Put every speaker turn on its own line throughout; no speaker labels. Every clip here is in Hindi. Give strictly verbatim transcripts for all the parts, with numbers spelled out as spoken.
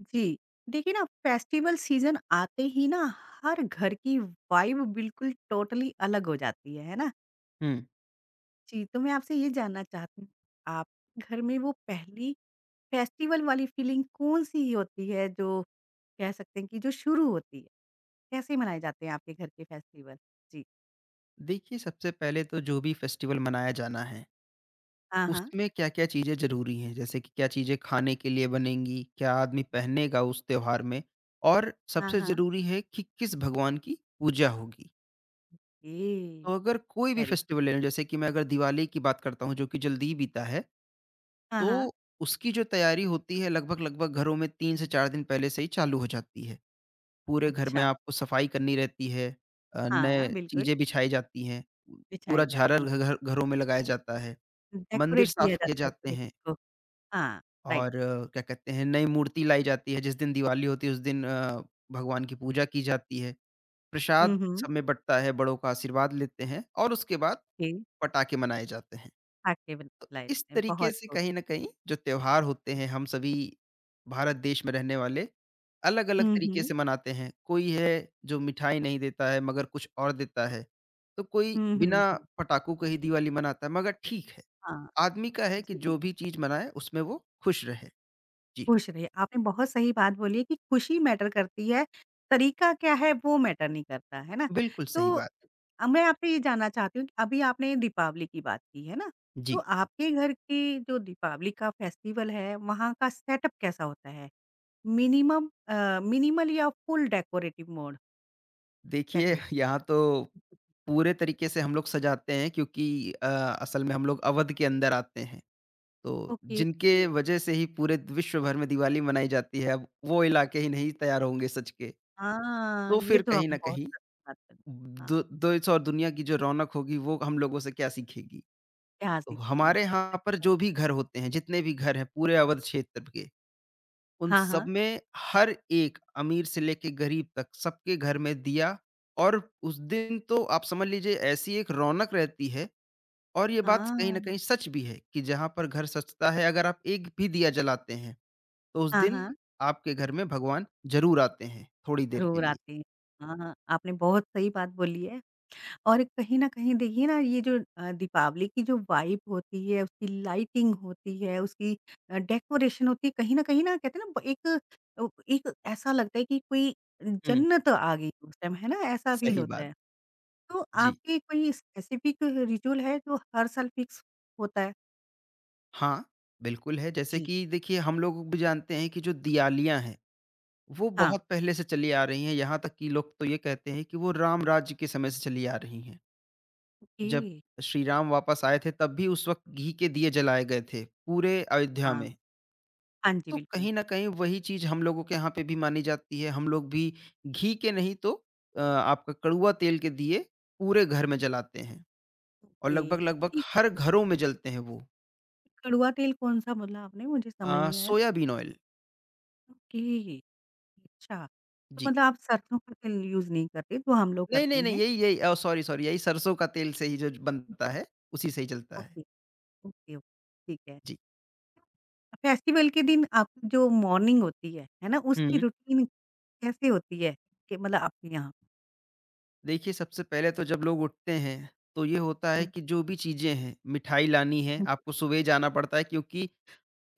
जी, देखिए ना फेस्टिवल सीज़न आते ही ना हर घर की वाइब बिल्कुल टोटली अलग हो जाती है, है ना?
हुँ।
जी, तो मैं आपसे ये जानना चाहती हूँ, आप घर में वो पहली फेस्टिवल वाली फीलिंग कौन-सी होती है जो कह सकते हैं कि जो शुरू होती है? कैसे मनाए जाते हैं आपके घर के फेस्टिवल? जी,
देखिए, सबसे पहले तो जो भी फेस्टिवल मनाया जाना है,
हाँ, हाँ।
उसमें क्या-क्या चीज़ें ज़रूरी हैं? जैसे कि क्या चीज़ें खाने के लिए बनेंगी, क्या आदमी पहनेगा उस त्योहार में और
हाँ,
सबसे
हाँ।
ज़रूरी है कि किस भगवान की पूजा होगी।
ए
तो अगर कोई भी
वेरी
फेस्टिवल ले लें, जैसे कि मैं अगर दिवाली की बात करता हूँ, जो कि जल्दी ही बीता है,
हाँ, हाँ।
तो उसकी जो तैयारी होती है लगभग-लगभग घरों में तीन से चार दिन पहले से ही चालू हो जाती है। पूरे घर में
अच्छा,
आपको सफाई करनी रहती है, अ, नए
हाँ, बिल्कुल
चीज़ें बिछाई जाती हैं, पूरा
बिछाई जाती
झालर
है।
घ घर घरों में लगाया जाता है, मंदिर
डेकोरेट किया
साफ़ किए
जाता है
जाते
पूरे
हैं
घर को। हाँ, राइट।
और अ, क्या कहते हैं, नई मूर्ति लाई जाती है, जिस दिन दिवाली होती है उस दिन अ, भगवान की पूजा की जाती है,
हुँ,
प्रसाद
हुँ।
सब में बँटता है, बड़ों का आशीर्वाद लेते हैं और उसके बाद
जी।
पटाखे मनाए जाते हैं।
खा के बिल
तो
खिलाए
इस तरीके
बहुत
से
खूब।
कहीं न कहीं जो त्योहार होते हैं हम सभी भारत देश में रहने वाले अलग-अलग
हुँ,
तरीके
हुँ।
से मनाते हैं। कोई है जो मिठाई नहीं देता है मगर कुछ और देता है। तो कोई
हुँ,
बिना
हुँ, हुँ।
पटाखों के ही दिवाली मनाता है मगर ठीक है,
हाँ,
आदमी का है कि
जी,
जो भी चीज़ मनाए उसमें वो खुश रहे। जी,
खुश रहिए। आपने बहुत सही बात बोली है कि खुशी मैटर करती है, तरीका क्या है वो मैटर नहीं करता, है ना?
बिल्कुल सही
तो
बात।
अ, मैं आपसे ये जानना चाहती हूँ कि अभी आपने दीपावली की बात की, है ना? तो
जी,
आपके घर की जो दीपावली का फेस्टिवल है, वहाँ का सेटअप कैसा होता है? मिनिमम अ, मिनिमल या फुल डेकोरेटिव मोड
देखिए
डेकोरेशन?
यहाँ तो पूरे तरीके से हम लोग सजाते हैं क्योंकि अ, असल में हम लोग अवध के अंदर आते हैं। तो
ओके।
जिनके वजह से ही पूरे विश्व भर में दिवाली मनाई जाती है, अब वो इलाके ही नहीं तैयार होंगे सज के,
हाँ,
तो
ये
फिर
तो
कहीं न
आपने बहुत
कहीं
अच्छी बात करी। हाँ।
दो देश और दुनिया की जो रौनक होगी वो हम लोगों से क्या सीखेगी?
क्या
तो
सीखेंगे?
हमारे यहाँ पर
अच्छा।
जो भी घर होते हैं, जितने भी घर हैं पूरे अवध क्षेत्र के, उन
हाँ,
सब
हाँ।
में हर एक अमीर से लेके गरीब तक सबके घर में दिया, और उस दिन तो आप समझ लीजिए ऐसी एक रौनक रहती है और ये बात कहीं न
हाँ।
कहीं सच भी है कि जहाँ पर घर सजता है अगर आप एक भी दिया जलाते हैं तो उस
हाँ,
दिन
हाँ।
आपके घर में भगवान ज़रूर आते हैं, थोड़ी देर के
ज़रूर
लिए।
आते हैं। हाँ, आपने बहुत सही बात बोली है और कहीं न कहीं देखिए ना ये जो अ, दीपावली की जो वाइब होती है, उसकी लाइटिंग होती है, उसकी अ, डेकोरेशन होती है, कहीं न कहीं ना कहते हैं ना एक अ, एक ऐसा लगता है कि कोई
हुँ,
जन्नत आ गई उस टाइम, है ना? ऐसा फ़ील
सही
होता
बात।
है। तो
जी।
आपके कोई स्पेसिफिक रिचुअल है जो हर साल फिक्स होता है?
हाँ, बिल्कुल है। जैसे
जी।
कि देखिए हम लोग भी जानते हैं कि जो दिवालियाँ हैं, वो
हाँ।
बहुत पहले से चली आ रही हैं। यहाँ तक कि लोग तो ये कहते हैं कि वो राम राज्य के समय से चली आ रही हैं।
ओके।
जब श्री राम वापस आए थे तब भी उस वक़्त घी के दिए जलाए गए थे, पूरे अयोध्या
हाँ।
में।
हाँ जी,
तो
बिल्कुल।
कहीं न कहीं वही चीज़ हम लोगों के यहाँ पे भी मानी जाती है। हम लोग भी घी के नहीं तो अ, आपका कड़ुआ तेल के दिए पूरे घर में जलाते हैं। और
ओके।
लगभग-लगभग
ये
हर घरों में जलते हैं वो।
कड़वा तेल कौन-सा बोला आपने? मुझे
अ,
समझ नहीं आया।
Soybean oil.
ओके, अच्छा। तो
जी।
मतलब आप सरसों का तेल यूज़ नहीं करते, जो हम लोग
नहीं,
करते
नहीं, नहीं,
हैं।
यही यही ओह! सॉरी, सॉरी, यही सरसों का तेल से ही जो बनता है, उसी से ही जलता है।
ओके, ओके, ओके, ठीक है।
जी।
फेस्टिवल के दिन आपकी जो मॉर्निंग होती है, है ना? उसकी
हुँ।
रूटीन कैसे होती है? कि मतलब आपके यहाँ?
देखिए सबसे पहले तो जब लोग उठते हैं, तो ये होता है
हुँ,
कि जो भी चीज़ें हैं, मिठाई लानी है,
हुँ।
आपको सुबह ही जाना पड़ता है क्योंकि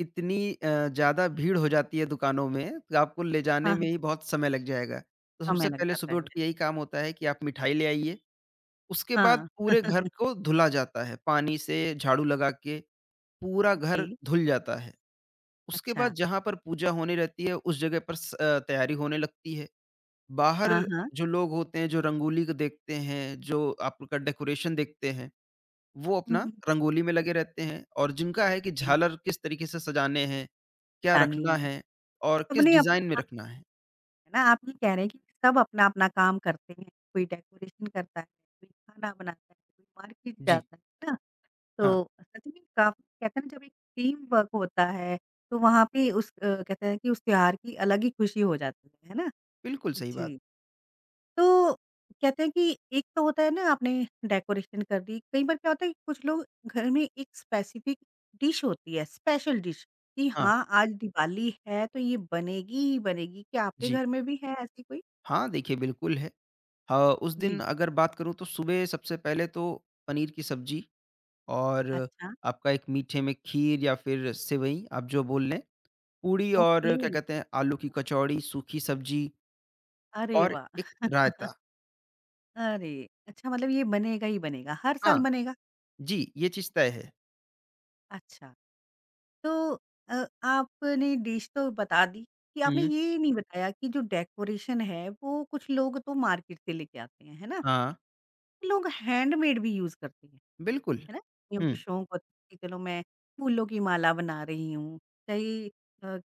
इतनी अ, ज़्यादा भीड़ हो जाती है दुकानों में, तो आपको ले
हाँ,
जाने में
हाँ,
ही बहुत समय लग जाएगा। तो
समय
सबसे
लग
पहले
जाता
सुबह
है।
उठ के यही काम होता है कि आप मिठाई ले आइए, उसके बाद
हाँ,
पूरे घर को धुला जाता है, पानी से झाड़ू लगा के पूरा
ओके,
घर धुल जाता है। उसके
अच्छा।
बाद जहाँ पर पूजा होने रहती है उस जगह पर स अ, तैयारी होने लगती है। बाहर
हाँ, हाँ।
जो लोग होते हैं, जो रंगोली को देखते हैं, जो आपका डेकोरेशन देखते हैं, वो
हुँ,
अपना
हुँ, हुँ।
रंगोली में लगे रहते हैं और जिनका है कि झालर किस तरीके से सजाने हैं, क्या
बतानी
रखना
है।
है और किस
सबने
डिज़ाइन में
अपना
रखना है।
है ना, आप ये कह रहे हैं कि सब अपना-अपना काम करते हैं, कोई डेकोरेशन करता है, कोई खाना बनाता है, कोई मार्केट
जी,
जाता है, है ना?
हाँ,
तो सच में काफ़ी कहते हैं ना जब एक टीम वर्क होता है, तो वहाँ पे उस अ, कहते हैं कि उस त्योहार की अलग ही खुशी हो जाती है, है ना?
बिल्कुल सही बात।
जी। तो कहते हैं कि एक तो होता है ना आपने डेकोरेशन कर दी, कई बार क्या होता है कि कुछ लोग घर में एक स्पेसिफिक डिश होती है, स्पेशल डिश कि
हाँ,
हाँ, आज दिवाली है तो ये बनेगी ही बनेगी। क्या आपके
जी।
घर में भी है ऐसी कोई?
हाँ, देखिए बिल्कुल है। हाँ, उस दिन
जी।
अगर बात करूँ तो सुबह सबसे पहले तो पनीर की सब्ज़ी और
अच्छा,
आपका एक मीठे में खीर या फिर सेवई आप जो बोल लें, पूड़ी
ओके।
और क्या कहते हैं आलू की कचौड़ी, सूखी सब्जी
अरे
और
वाह!
एक रायता।
अरे! अच्छा मतलब ये बनेगा ही बनेगा, हर साल
हाँ,
बनेगा?
जी, ये चीज़ तय है।
अच्छा, तो अ, आपने डिश तो बता दी कि आपने
हुँ,
ये नहीं बताया कि जो डेकोरेशन है वो कुछ लोग तो मार्केट से लेके आते हैं, है ना?
हाँ,
लोग हैंडमेड भी यूज़ करते हैं,
बिल्कुल।
है ना? कईयों
हुँ,
को शौक होता है कि चलो मैं फूलों की माला बना रही हूँ, चाहे अ,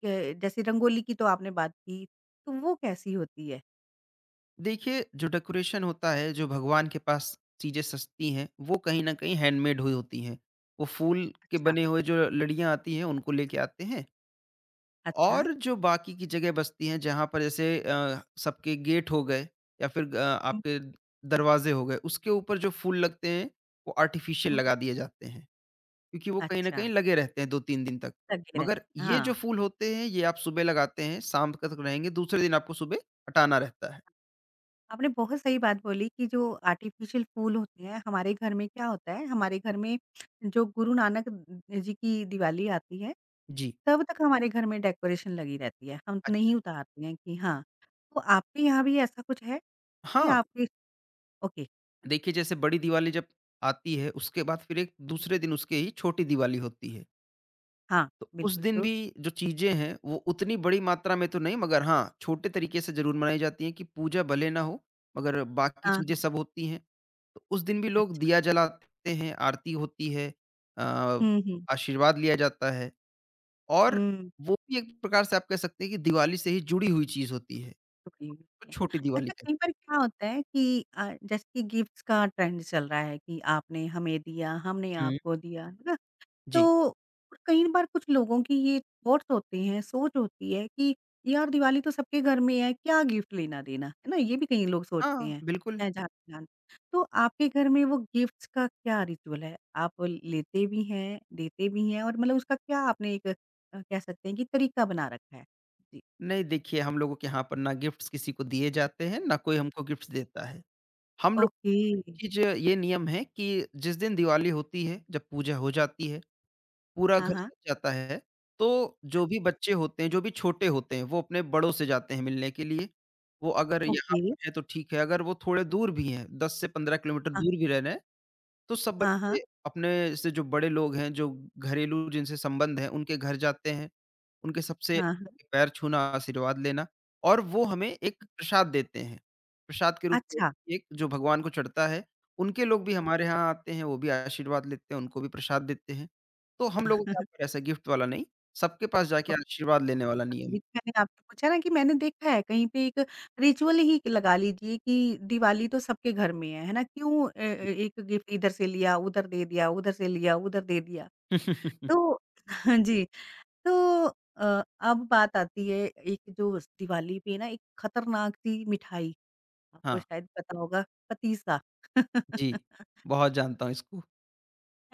क जैसे रंगोली की तो आपने बात की, तो वो कैसी होती है?
देखिए जो डेकोरेशन होता है, जो भगवान के पास चीज़ें सजती हैं, वो कहीं न कहीं हैंडमेड हुई होती हैं। वो फूल के
अच्छा,
बने हुए जो लड़ियाँ आती हैं, उनको लेके आते हैं
अच्छा।
और जो बाकी की जगह बचती हैं जहाँ पर जैसे अ, सबके गेट हो गए या फिर अ,
हुँ,
आपके दरवाजे हो गए, उसके ऊपर जो फूल लगते हैं वो आर्टिफ़िशियल
हुँ।
लगा दिए जाते हैं, क्योंकि वो कहीं न
अच्छा।
कहीं लगे रहते हैं दो तीन दिन तक।
लगे रहते
मगर
हैं,
ये जो
हाँ।
फूल होते हैं ये आप सुबह लगाते हैं, शाम तक रहेंगे, दूसरे दिन आपको सुबह हटाना रहता है।
आपने बहुत सही बात बोली कि जो आर्टिफ़िशियल फूल होते हैं, हमारे घर में क्या होता है, हमारे घर में जो गुरु नानक जी की दिवाली आती है,
जी।
तब तक हमारे घर में डेकोरेशन लगी रहती है, हम नहीं
अच्छा,
उतारते हैं कि हाँ। तो आपके यहाँ भी ऐसा कुछ है कि
हाँ,
आपके ओके,
देखिए जैसे बड़ी दिवाली जब आती है उसके बाद फिर एक दूसरे दिन उसके ही छोटी दिवाली होती है।
हाँ,
तो उस
बिल्कुल
दिन
ट्रू।
भी जो चीज़ें हैं, वो उतनी बड़ी मात्रा में तो नहीं मगर हाँ, छोटे तरीके से ज़रूर मनाई जाती हैं कि पूजा भले ना हो, मगर बाकी
हाँ,
चीज़ें
हाँ,
सब होती हैं। तो उस दिन भी लोग
अच्छा।
दिया जलाते हैं, आरती होती है, अ,
हुँ, हुँ।
आशीर्वाद लिया जाता है और
हुँ,
वो भी एक प्रकार से आप कह सकते हैं कि दिवाली से ही जुड़ी हुई चीज़ होती है,
टुकड़ी भी
तो
होती है।
छोटी दिवाली
अच्छा
कहते
कई बार क्या होता है कि अ, जैसे कि गिफ्ट्स का ट्रेंड चल रहा है कि आपने हमें दिया, हमने
हुँ। हैं। हम्म।
आपको दिया। मतलब
जी।
तो कई बार कुछ लोगों की ये थॉट्स होते हैं, सोच होती है कि यार दिवाली तो सबके घर में है, क्या गिफ्ट लेना-देना, है ना? ये भी कई लोग सोचते
हाँ,
हैं,
बिल्कुल।
मैं जानती जान तो आपके घर में वो गिफ्ट्स का क्या रिचुअल है? आप लेते भी हैं, देते भी हैं और मतलब उसका क्या आपने एक अ, कह सकते हैं कि तरीका बना रखा है? जी।
नहीं देखिए, हम लोगों के यहाँ पर ना गिफ्ट्स किसी को दिए जाते हैं, ना कोई हमको गिफ्ट्स देता है। हम लोग
ओके।
चीज ये नियम है कि जिस दिन दिवाली होती है, जब पूजा हो जाती है, पूरा
हाँ,
घर
हाँ।
सज जाता है, तो जो भी बच्चे होते हैं, जो भी छोटे होते हैं, वो अपने बड़ों से जाते हैं मिलने के लिए। वो अगर यहाँ
ओके।
पर है तो ठीक है, अगर वो थोड़े दूर भी हैं, दस से पंद्रह किलोमीटर
हाँ,
दूर भी रह रहे हैं, तो सब
हाँ,
बच्चे
हाँ।
अपने से जो बड़े लोग हैं, जो घरेलू जिनसे संबंध है, उनके घर जाते हैं। उनके सबसे
हाँ, हाँ।
पैर छूना, आशीर्वाद लेना और वो हमें एक प्रसाद देते हैं। प्रसाद के रूप में
अच्छा।
एक जो भगवान को चढ़ता है, उनके लोग भी
ओ
हमारे यहाँ आते हैं, वो भी आशीर्वाद लेते हैं, उनको भी प्रसाद देते हैं। तो हम लोगों के यहाँ पर ऐसा गिफ्ट वाला नहीं, सबके पास जाके आशीर्वाद
हाँ,
लेने वाला नियम है।
अभी तो मैंने आपसे पूछा ना कि मैंने देखा है कहीं पे एक रिचुअल ही लगा लीजिए कि दिवाली तो सबके घर में है, है ना? क्यों अ, अ,
जी।
एक गिफ्ट इधर से लिया, उधर दे दिया, उधर से लिया, उधर दे दिया। तो हाँ जी, तो अ, अब बात आती है एक जो स दिवाली पे ना एक खतरनाक सी मिठाई, आपको
हाँ,
शायद पता होगा पतीसा।
जी। बहुत जानता हूँ इसको।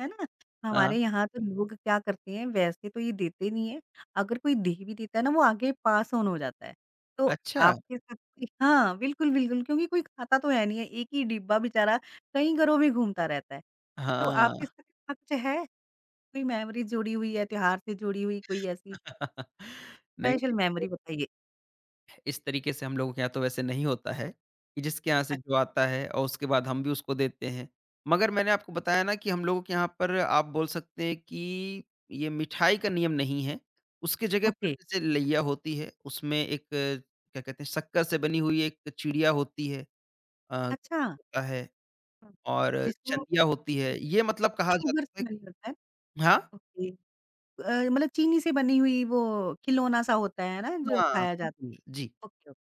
है ना?
हाँ,
हमारे यहाँ तो लोग क्या करते हैं वैसे तो ये देते नहीं है, अगर कोई दे भी देता है ना वो आगे पास ऑन हो जाता है। तो
अच्छा!
आपके साथ भी हाँ, बिल्कुल, बिल्कुल क्योंकि कोई खाता तो है नहीं है, एक ही डिब्बा बेचारा कई घरों में घूमता रहता है। तो
हाँ।
आपके साथ ऐसा कुछ है? कोई मेमोरी जुड़ी हुई है त्योहार से जुड़ी हुई कोई ऐसी
नहीं
स्पेशल
देखिए,
मेमोरी बताइए?
इस तरीके से हम लोगों के यहाँ तो वैसे नहीं होता है, कि जिसके यहाँ से
अ,
जो आता है और उसके बाद हम भी उसको देते हैं। मगर मैंने आपको बताया ना कि हम लोगों के यहाँ पर आप बोल सकते हैं कि ये मिठाई का नियम नहीं है। उसकी जगह पर
ओके
जैसे लैया होती है, उसमें एक क्या कहते हैं शक्कर से बनी हुई एक चिड़िया होती है, अ,
अच्छा।
होता है,
हुँ, हुँ।
और
जिसको
चंदिया होती है। ये मतलब कहा
शुगर
जाता है
से मिल
कि
जाता है?
हाँ?
ओके। अ, मतलब चीनी से बनी हुई वो खिलौना सा होता है ना जो
हाँ,
खाया जाता है?
बिल्कुल। जी।
ओके, ओके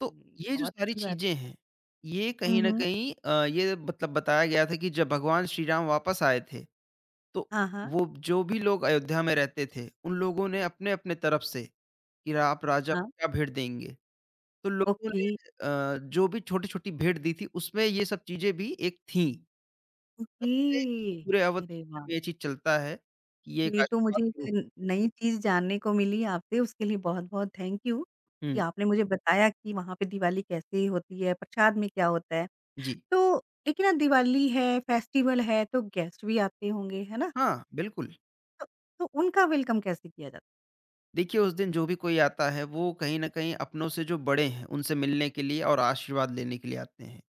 तो ये जो
बहुत
सारी
अच्छी बात।
चीज़ें हैं, ये
हुँ,
कहीं न
हुँ।
कहीं अ, ये मतलब बताया गया था कि जब भगवान श्री राम वापस आए थे, तो
हाँ, हाँ,
वो जो भी लोग अयोध्या में रहते थे, उन लोगों ने अपने-अपने तरफ से कि रा- आप राजा को
हाँ।
क्या भेंट देंगे? तो लोगों
ओके,
ने अ, जो भी छोटी-छोटी भेंट दी थी, उसमें ये सब चीज़ें भी एक थीं। तब
ओके।
से इस पूरे अवध
अरे
क्षेत्र
वाह!
में ये चीज़ चलता है कि ये एक
ये तो
आशीर्वाद
मुझे एक
के रूप
न नई चीज़ जानने को मिली आपसे उसके लिए बहुत-बहुत थैंक यू, कि
हुँ,
आपने मुझे बताया कि वहाँ पे दिवाली कैसे होती है, प्रसाद में क्या होता है।
जी।
तो देखिए ना दिवाली है, फेस्टिवल है तो गेस्ट भी आते होंगे, है ना?
हाँ, बिल्कुल।
तो तो उनका वेलकम कैसे किया जाता है?
देखिए, उस दिन जो भी कोई आता है, वो कहीं न कहीं अपनों से जो बड़े हैं, उनसे मिलने के लिए और आशीर्वाद लेने के लिए आते हैं।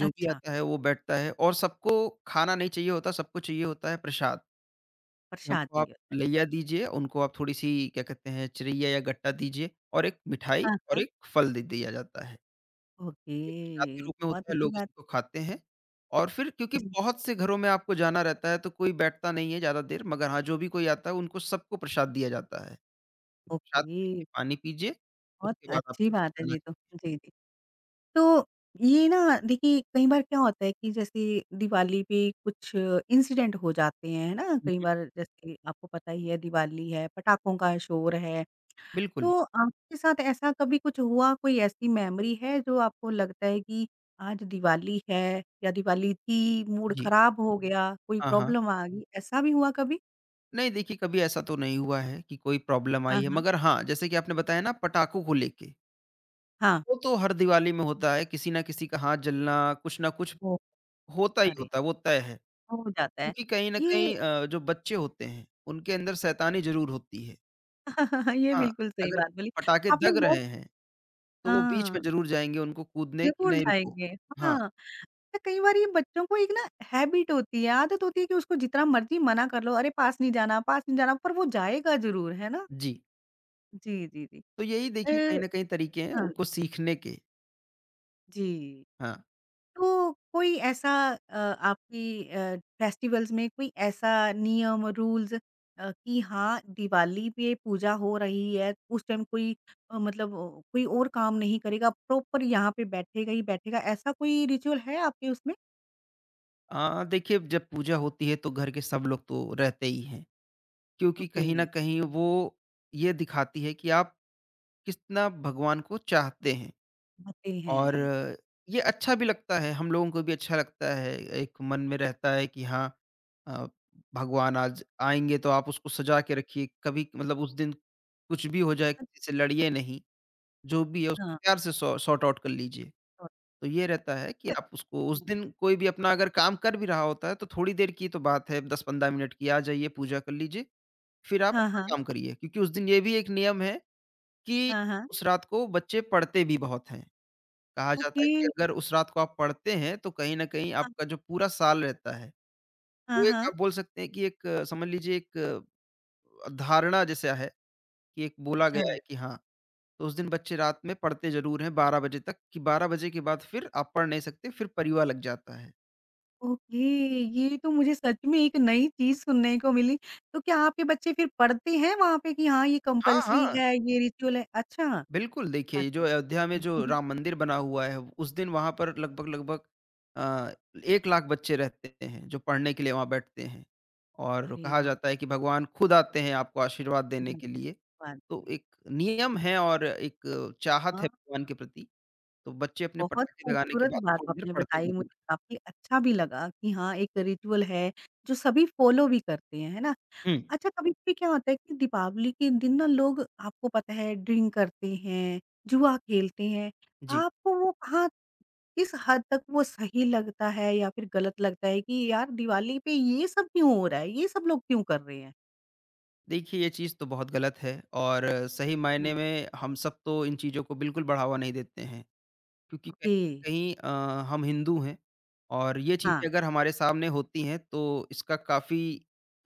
जो भी
अच्छा,
आता है, वो बैठता है और सबको खाना नहीं चाहिए होता, सबको चाहिए होता है प्रसाद।
प्रसाद
हमको आप
दिया जाता
लैया
है।
दीजिए, उनको आप थोड़ी-सी क्या कहते हैं, चिरैया या गट्टा दीजिए और एक मिठाई
हाँ,
और
हाँ।
एक फल दे दिया जाता है। ये प्रसाद के
ओके,
रूप में
बहुत
होता है,
अच्छी
लोग
बात
इसको खाते हैं और फिर क्योंकि
जी,
बहुत से घरों में आपको जाना रहता है, तो कोई बैठता नहीं है ज़्यादा देर, मगर हाँ, जो भी कोई आता है, उनको सबको प्रसाद दिया जाता है। साथ
ओके,
खाइए, पानी पीजिए,
बहुत
उसके बाद
अच्छी
आपको जब
बात है
खाना
ये तो। जी, जी। तो ये ना देखिए कई बार क्या होता है कि जैसे दिवाली पे कुछ इंसिडेंट हो जाते हैं, है ना? कई
चाहिए।
बार जैसे आपको पता ही है दिवाली है, पटाखों का शोर है,
बिल्कुल,
तो आपके साथ ऐसा कभी कुछ हुआ, कोई ऐसी मेमोरी है जो आपको लगता है कि आज दिवाली है या दिवाली थी, मूड
जी।
खराब हो गया, कोई
हाँ, हाँ।
प्रॉब्लम आ गई, ऐसा भी हुआ कभी?
नहीं देखिए, कभी ऐसा तो नहीं हुआ है कि कोई प्रॉब्लम आई
हाँ,
है,
हाँ।
मगर हाँ, जैसे कि आपने बताया ना पटाखों को लेके,
हाँ,
वो तो हर दिवाली में होता है, किसी न किसी का हाथ जलना, कुछ न कुछ
ओह!
होता ही
अरे!
होता है, वो तय है।
हो जाता है।
क्योंकि कहीं न
ये
कहीं अ, जो बच्चे होते हैं, उनके अंदर शैतानी ज़रूर होती है।
ये
हाँ,
बिल्कुल सही
अगर
बात बोली।
पटाखे
आपने
दग
बहुत
रहे हैं, तो वो बीच में
हाँ,
ज़रूर जाएँगे उनको कूदने कि
ज़रूर
नहीं रुको।
जाएँगे।
हाँ,
हाँ, तो कई बार ये बच्चों को एक ना हैबिट होती है, आदत होती है कि उसको जितना मर्ज़ी मना कर लो, अरे पास नहीं जाना, पास नहीं जाना, पर वो जाएगा ज़रूर, है ना?
जी।
जी, जी, जी।
तो यही
अ,
देखिए कहीं न कहीं तरीके हैं
हाँ,
उनको सीखने के।
जी।
हाँ।
तो कोई ऐसा अ, आपकी अ, फेस्टिवल्स में कोई ऐसा नियम रूल्स अ, कि हाँ दिवाली पे पूजा हो रही है उस टाइम कोई अ, मतलब अ, कोई और काम नहीं करेगा प्रॉपर यहाँ पे बैठेगा ही बैठेगा ऐसा कोई रिचुअल है आपके उसमें
अ, देखिए जब पूजा होती है तो घर के सब लोग तो रहते ही हैं, क्योंकि
ओके
कहीं न कहीं वो ये दिखाती है कि आप कितना भगवान को चाहते हैं
बताते
और
हैं
ये अच्छा भी लगता है, हम लोगों को भी अच्छा लगता है। एक मन में रहता है कि हाँ, अ, भगवान आज आएँगे तो आप उसको सजा के रखिए, कभी मतलब उस दिन कुछ भी हो जाए, किसी से लड़िए नहीं, जो भी है उसको
अच्छा
प्यार से सॉ सॉर्ट आउट कर लीजिए।
तो,
तो ये रहता है कि आप उसको उस दिन कोई भी अपना अगर काम कर भी रहा होता है तो थोड़ी देर की तो बात है दस पंद्रह मिनट की, आ जाइए पूजा कर लीजिए, फिर आप
हाँ
अपना
हाँ
काम करिए। क्योंकि उस दिन ये भी एक नियम है कि
हाँ हाँ
उस रात को बच्चे पढ़ते भी बहुत हैं। कहा जाता
ओके
है कि अगर उस रात को आप पढ़ते हैं तो कहीं न कहीं
हाँ
आपका जो पूरा साल रहता है,
हाँ
वो एक
हाँ,
आप बोल सकते हैं कि एक अ, समझ लीजिए एक अ, धारणा जैसा है कि एक बोला
अच्छा
गया है कि हाँ, तो उस दिन बच्चे रात में पढ़ते ज़रूर हैं बारह बजे तक कि बारह बजे के बाद फिर आप पढ़ नहीं सकते, फिर परिवा लग जाता है।
ओके, ये तो मुझे सच में एक नई चीज़ सुनने को मिली। तो क्या आपके बच्चे फिर पढ़ते हैं वहाँ पे कि हाँ, ये
हाँ,
कंपल्सरी
हाँ,
है, ये रिचुअल है? अच्छा।
बिल्कुल देखिए ये
अरे
जो
वाह!
अयोध्या में जो राम मंदिर बना हुआ है, उस दिन वहाँ पर लगभग-लगभग अ, एक लाख बच्चे रहते हैं, जो पढ़ने के लिए वहाँ बैठते हैं। और
अरे
कहा
वाह!
जाता है कि भगवान खुद आते हैं आपको आशीर्वाद देने
क्या
के लिए।
बात
तो
बनी।
एक नियम है और एक चाहत
हाँ,
है भगवान के प्रति, तो बच्चे अपने
बहुत
पटाखे लगाने के
खूबसूरत
बाद
बात
थोड़ी देर
आपने
पढ़ते
बताई
ज़रूर
मुझे
हैं।
काफ़ी अच्छा भी लगा कि हाँ, एक रिचुअल है जो सभी फॉलो भी करते हैं, है ना?
हुँ,
अच्छा कभी-कभी क्या होता है कि दीपावली के दिन ना लोग आपको पता है ड्रिंक करते हैं, जुआ खेलते हैं।
जी।
आपको वो कहाँ किस हद तक वो सही लगता है या फिर गलत लगता है कि यार दिवाली पे ये सब क्यों हो रहा है? ये सब लोग क्यों कर रहे हैं?
देखिए ये चीज़ तो बहुत गलत है और सही मायने
हुँ।
में हम सब तो इन चीज़ों को बिल्कुल बढ़ावा नहीं देते हैं। क्योंकि कहीं
ओके।
न कहीं अ, हम हिंदू हैं और ये
हाँ।
चीज़ें अगर हमारे सामने होती हैं तो इसका काफ़ी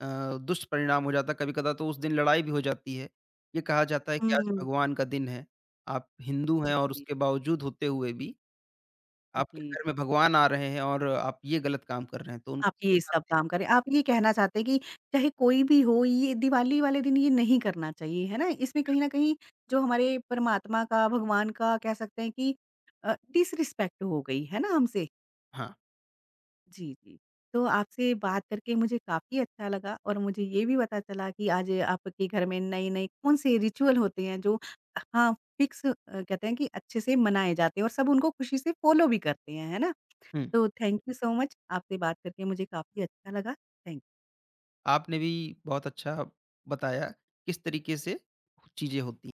अ, दुष्परिणाम हो जाता है, कभी-कदा तो उस दिन लड़ाई भी हो जाती है। ये कहा जाता है कि आज
हुँ,
भगवान का दिन है, आप हिंदू
जी,
हैं और
जी,
उसके बावजूद होते हुए भी आपके
जी,
घर में
जी।
भगवान आ रहे हैं और आप ये गलत काम कर रहे हैं, तो
आप
उनको
ये
समझा
सब काम करें। आप ये कहना चाहते हैं कि चाहे कोई भी हो ये दिवाली वाले दिन ये नहीं करना चाहिए, है ना? इसमें कहीं न कहीं जो हमारे परमात्मा का, भगवान का कह सकते हैं कि अ, डिसरिस्पेक्ट हो गई, है ना हमसे?
हाँ,
जी, जी। तो आपसे बात करके मुझे काफ़ी अच्छा लगा और मुझे ये भी पता चला कि आज आपके घर में नए-नए कौन-से रिचुअल होते हैं जो हाँ, फिक्स अ, कहते हैं कि अच्छे से मनाए जाते हैं और सब उनको खुशी से फ़ॉलो भी करते हैं, है ना?
हुँ।
तो थैंक यू सो मच। आपसे बात करके मुझे काफ़ी अच्छा लगा। थैंक
आपने भी बहुत अच्छा बताया किस तरीके से चीज़ें होती